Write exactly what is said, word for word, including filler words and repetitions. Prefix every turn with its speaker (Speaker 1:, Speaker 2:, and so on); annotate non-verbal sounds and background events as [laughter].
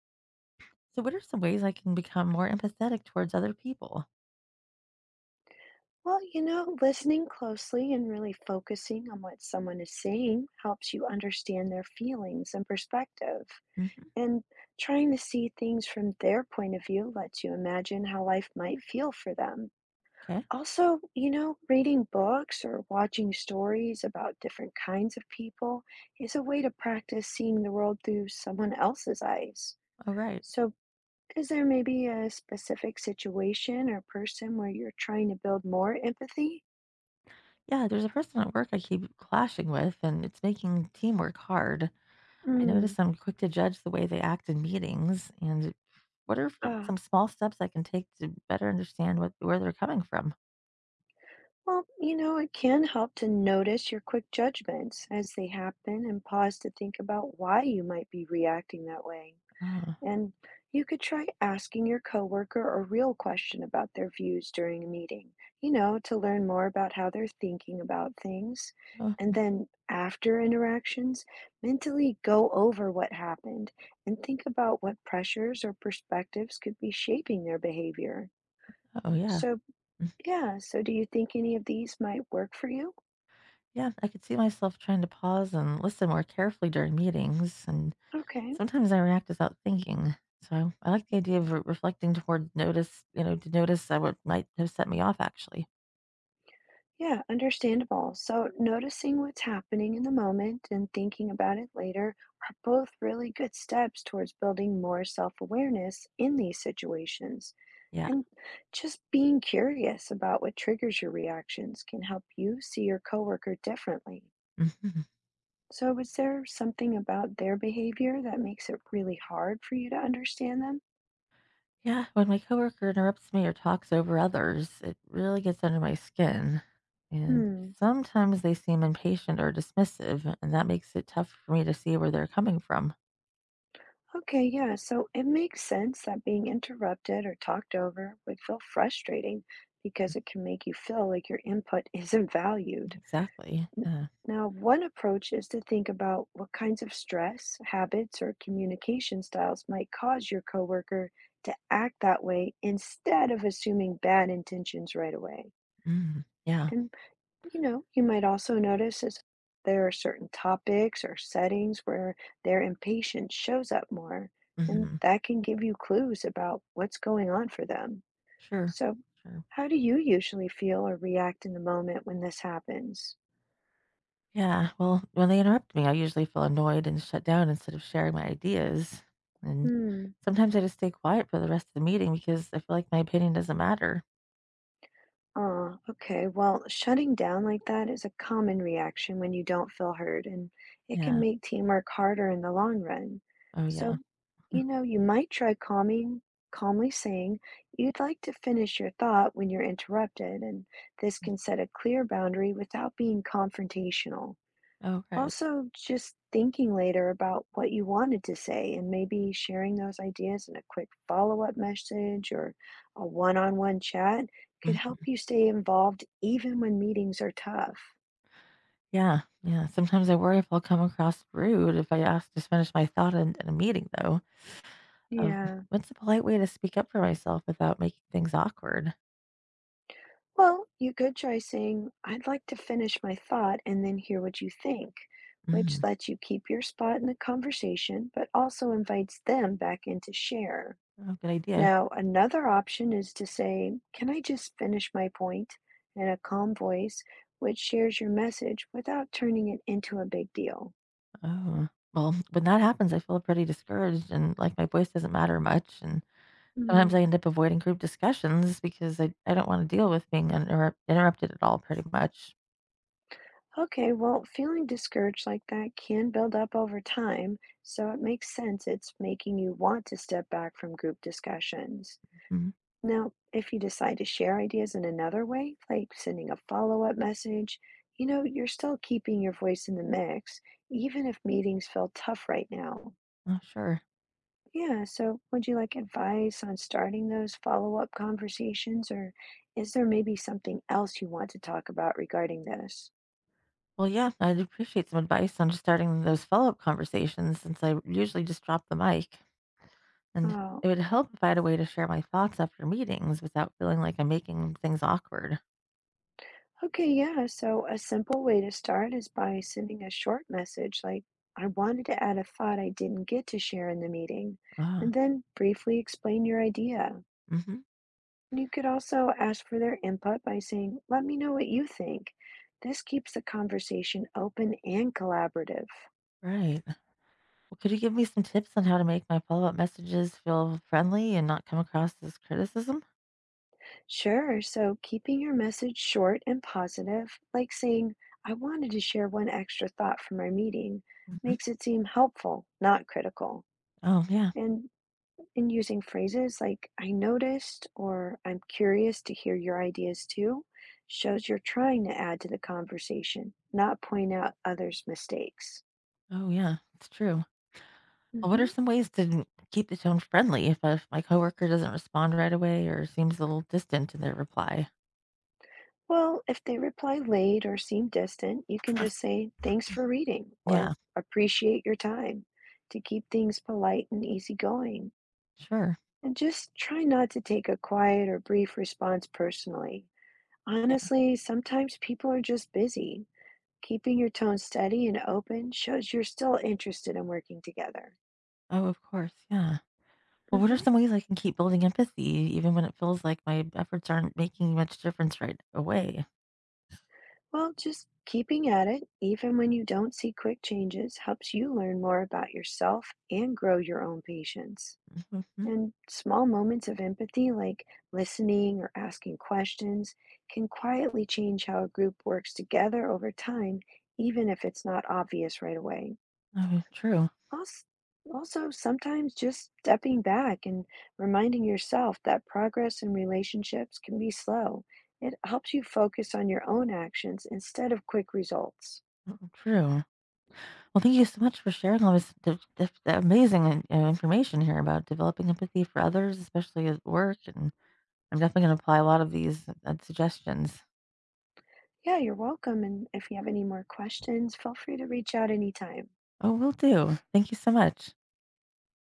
Speaker 1: So, what are some ways I can become more empathetic towards other people?
Speaker 2: Well, you know, listening closely and really focusing on what someone is saying helps you understand their feelings and perspective.
Speaker 1: Hmm.
Speaker 2: And trying to see things from their point of view lets you imagine how life might feel for them.
Speaker 1: Okay.
Speaker 2: Also, you know, reading books or watching stories about different kinds of people is a way to practice seeing the world through someone else's eyes.
Speaker 1: All right.
Speaker 2: So, is there maybe a specific situation or person where you're trying to build more empathy?
Speaker 1: Yeah, there's a person at work I keep clashing with, and it's making teamwork hard. I
Speaker 2: Mm.
Speaker 1: notice I'm quick to judge the way they act in meetings. And what are from,
Speaker 2: Ah,
Speaker 1: some small steps I can take to better understand what where they're coming from?
Speaker 2: well, you know, it can help to notice your quick judgments as they happen and pause to think about why you might be reacting that way.
Speaker 1: Oh,
Speaker 2: And you could try asking your coworker a real question about their views during a meeting, you know, to learn more about how they're thinking about things.
Speaker 1: oh,
Speaker 2: And then after interactions, mentally go over what happened and think about what pressures or perspectives could be shaping their behavior.
Speaker 1: oh, yeah.
Speaker 2: So, Yeah, so do you think any of these might work for you?
Speaker 1: Yeah, I could see myself trying to pause and listen more carefully during meetings and
Speaker 2: Okay,
Speaker 1: sometimes I react without thinking. So I like the idea of re- reflecting toward notice, you know, to notice that what might have set me off actually.
Speaker 2: yeah, understandable. So noticing what's happening in the moment and thinking about it later are both really good steps towards building more self-awareness in these situations.
Speaker 1: Yeah. [laughs]
Speaker 2: And just being curious about what triggers your reactions can help you see your coworker differently.
Speaker 1: Mhm.
Speaker 2: So is there something about their behavior that makes it really hard for you to understand them?
Speaker 1: Yeah. When my coworker interrupts me or talks over others, it really gets under my skin. And
Speaker 2: Hmm.
Speaker 1: sometimes they seem impatient or dismissive, and that makes it tough for me to see where they're coming from.
Speaker 2: Okay, yeah, so it makes sense that being interrupted or talked over would feel frustrating because it can make you feel like your input [laughs] isn't valued.
Speaker 1: Exactly.
Speaker 2: N-
Speaker 1: Yeah.
Speaker 2: Now, one approach is to think about what kinds of stress, habits, or communication styles might cause your coworker to act that way instead of assuming bad intentions right away.
Speaker 1: Mm. Yeah.
Speaker 2: And, you know, you might also notice is there are certain topics or settings where their impatience shows up more, and
Speaker 1: Hmm.
Speaker 2: that can give you clues about what's going on for them.
Speaker 1: Sure.
Speaker 2: So,
Speaker 1: Sure.
Speaker 2: how do you usually feel or react in the moment when this happens?
Speaker 1: Yeah, well, when they interrupt me, I usually feel annoyed and shut down instead of sharing my ideas. And
Speaker 2: Hmm.
Speaker 1: sometimes I just stay quiet for the rest of the meeting because I feel like my opinion doesn't matter.
Speaker 2: Oh, okay. Well, shutting down like that is a common reaction when you don't feel heard, and it can
Speaker 1: Yeah.
Speaker 2: make teamwork harder in the long run.
Speaker 1: Oh, yeah.
Speaker 2: So,
Speaker 1: Mm.
Speaker 2: you know, you might try calming, calmly saying, you'd like to finish your thought when you're interrupted, and this can set a clear boundary without being confrontational.
Speaker 1: Oh, right.
Speaker 2: Also, just thinking later about what you wanted to say and maybe sharing those ideas in a quick follow-up message or a one-on-one chat could help
Speaker 1: Hmm.
Speaker 2: you stay involved even when meetings are tough.
Speaker 1: Yeah. Yeah. Sometimes I worry if I'll come across rude if I ask to finish my thought in, in a meeting, though. Um,
Speaker 2: Yeah.
Speaker 1: what's a polite way to speak up for myself without making things awkward?
Speaker 2: Well, you could try saying, I'd like to finish my thought and then hear what you think, which
Speaker 1: Mm.
Speaker 2: lets you keep your spot in the conversation, but also invites them back in to share.
Speaker 1: Oh, good idea.
Speaker 2: Now, another option is to say, Can I just finish my point in a calm voice, which shares your message without turning it into a big deal?
Speaker 1: Oh. Well, when that happens, I feel pretty discouraged and like my voice doesn't matter much. And sometimes
Speaker 2: Mm,
Speaker 1: I end up avoiding group discussions because I, I don't want to deal with being uninterrup- interrupted at all, pretty much.
Speaker 2: Okay, well, feeling discouraged like that can build up over time, so it makes sense it's making you want to step back from group discussions.
Speaker 1: Mhm.
Speaker 2: Now, if you decide to share ideas in another way, like sending a follow-up message, you know, you're still keeping your voice in the mix, even if meetings feel tough right now.
Speaker 1: Oh, sure.
Speaker 2: Yeah, so would you like advice on starting those follow-up conversations, or is there maybe something else you want to talk about regarding this?
Speaker 1: Well, yeah, I'd appreciate some advice on just starting those follow up conversations since I usually just drop the mic. And
Speaker 2: Oh,
Speaker 1: it would help if I had a way to share my thoughts after meetings without feeling like I'm making things awkward.
Speaker 2: okay, yeah. So a simple way to start is by sending a short message like, I wanted to add a thought I didn't get to share in the meeting, and
Speaker 1: Ah,
Speaker 2: then briefly explain your idea.
Speaker 1: hmm,
Speaker 2: You could also ask for their input by saying, Let me know what you think. This keeps the conversation open and collaborative.
Speaker 1: right. Well, could you give me some tips on how to make my follow up messages feel friendly and not come across as criticism?
Speaker 2: Sure. So keeping your message short and positive, like saying, I wanted to share one extra thought from our meeting,
Speaker 1: Hmm.
Speaker 2: makes it seem helpful, not critical.
Speaker 1: Oh, yeah.
Speaker 2: And in using phrases like, I noticed, or I'm curious to hear your ideas too, shows you're trying to add to the conversation, not point out others' mistakes.
Speaker 1: Oh, yeah. It's true. What
Speaker 2: Hmm.
Speaker 1: are some ways to keep the tone friendly if, uh, if my coworker doesn't respond right away or seems a little distant in their reply?
Speaker 2: Well, if they reply late or seem distant, you can just say, thanks for reading or
Speaker 1: Yeah,
Speaker 2: appreciate your time to keep things polite and easygoing.
Speaker 1: sure.
Speaker 2: And just try not to take a quiet or brief response personally.
Speaker 1: Yeah.
Speaker 2: Honestly, sometimes people are just busy. Keeping your tone steady and open shows you're still interested in working together.
Speaker 1: Oh, of course. Yeah. Well, what
Speaker 2: Hmm.
Speaker 1: are some ways I can keep building empathy even when it feels like my efforts aren't making much difference right away?
Speaker 2: Well, just keeping at it, even when you don't see quick changes, helps you learn more about yourself and grow your own patience.
Speaker 1: Mhm.
Speaker 2: And small moments of empathy, like listening or asking questions, can quietly change how a group works together over time, even if it's not obvious right away.
Speaker 1: Oh, true.
Speaker 2: Also, also, sometimes just stepping back and reminding yourself that progress in relationships can be slow. It helps you focus on your own actions instead of quick results.
Speaker 1: Oh, true. Well, thank you so much for sharing all this diff- diff- amazing uh, information here about developing empathy for others, especially at work. And I'm definitely going to apply a lot of these uh, suggestions.
Speaker 2: Yeah, you're welcome. And if you have any more questions, feel free to reach out anytime.
Speaker 1: Oh, we will do. Thank you so much.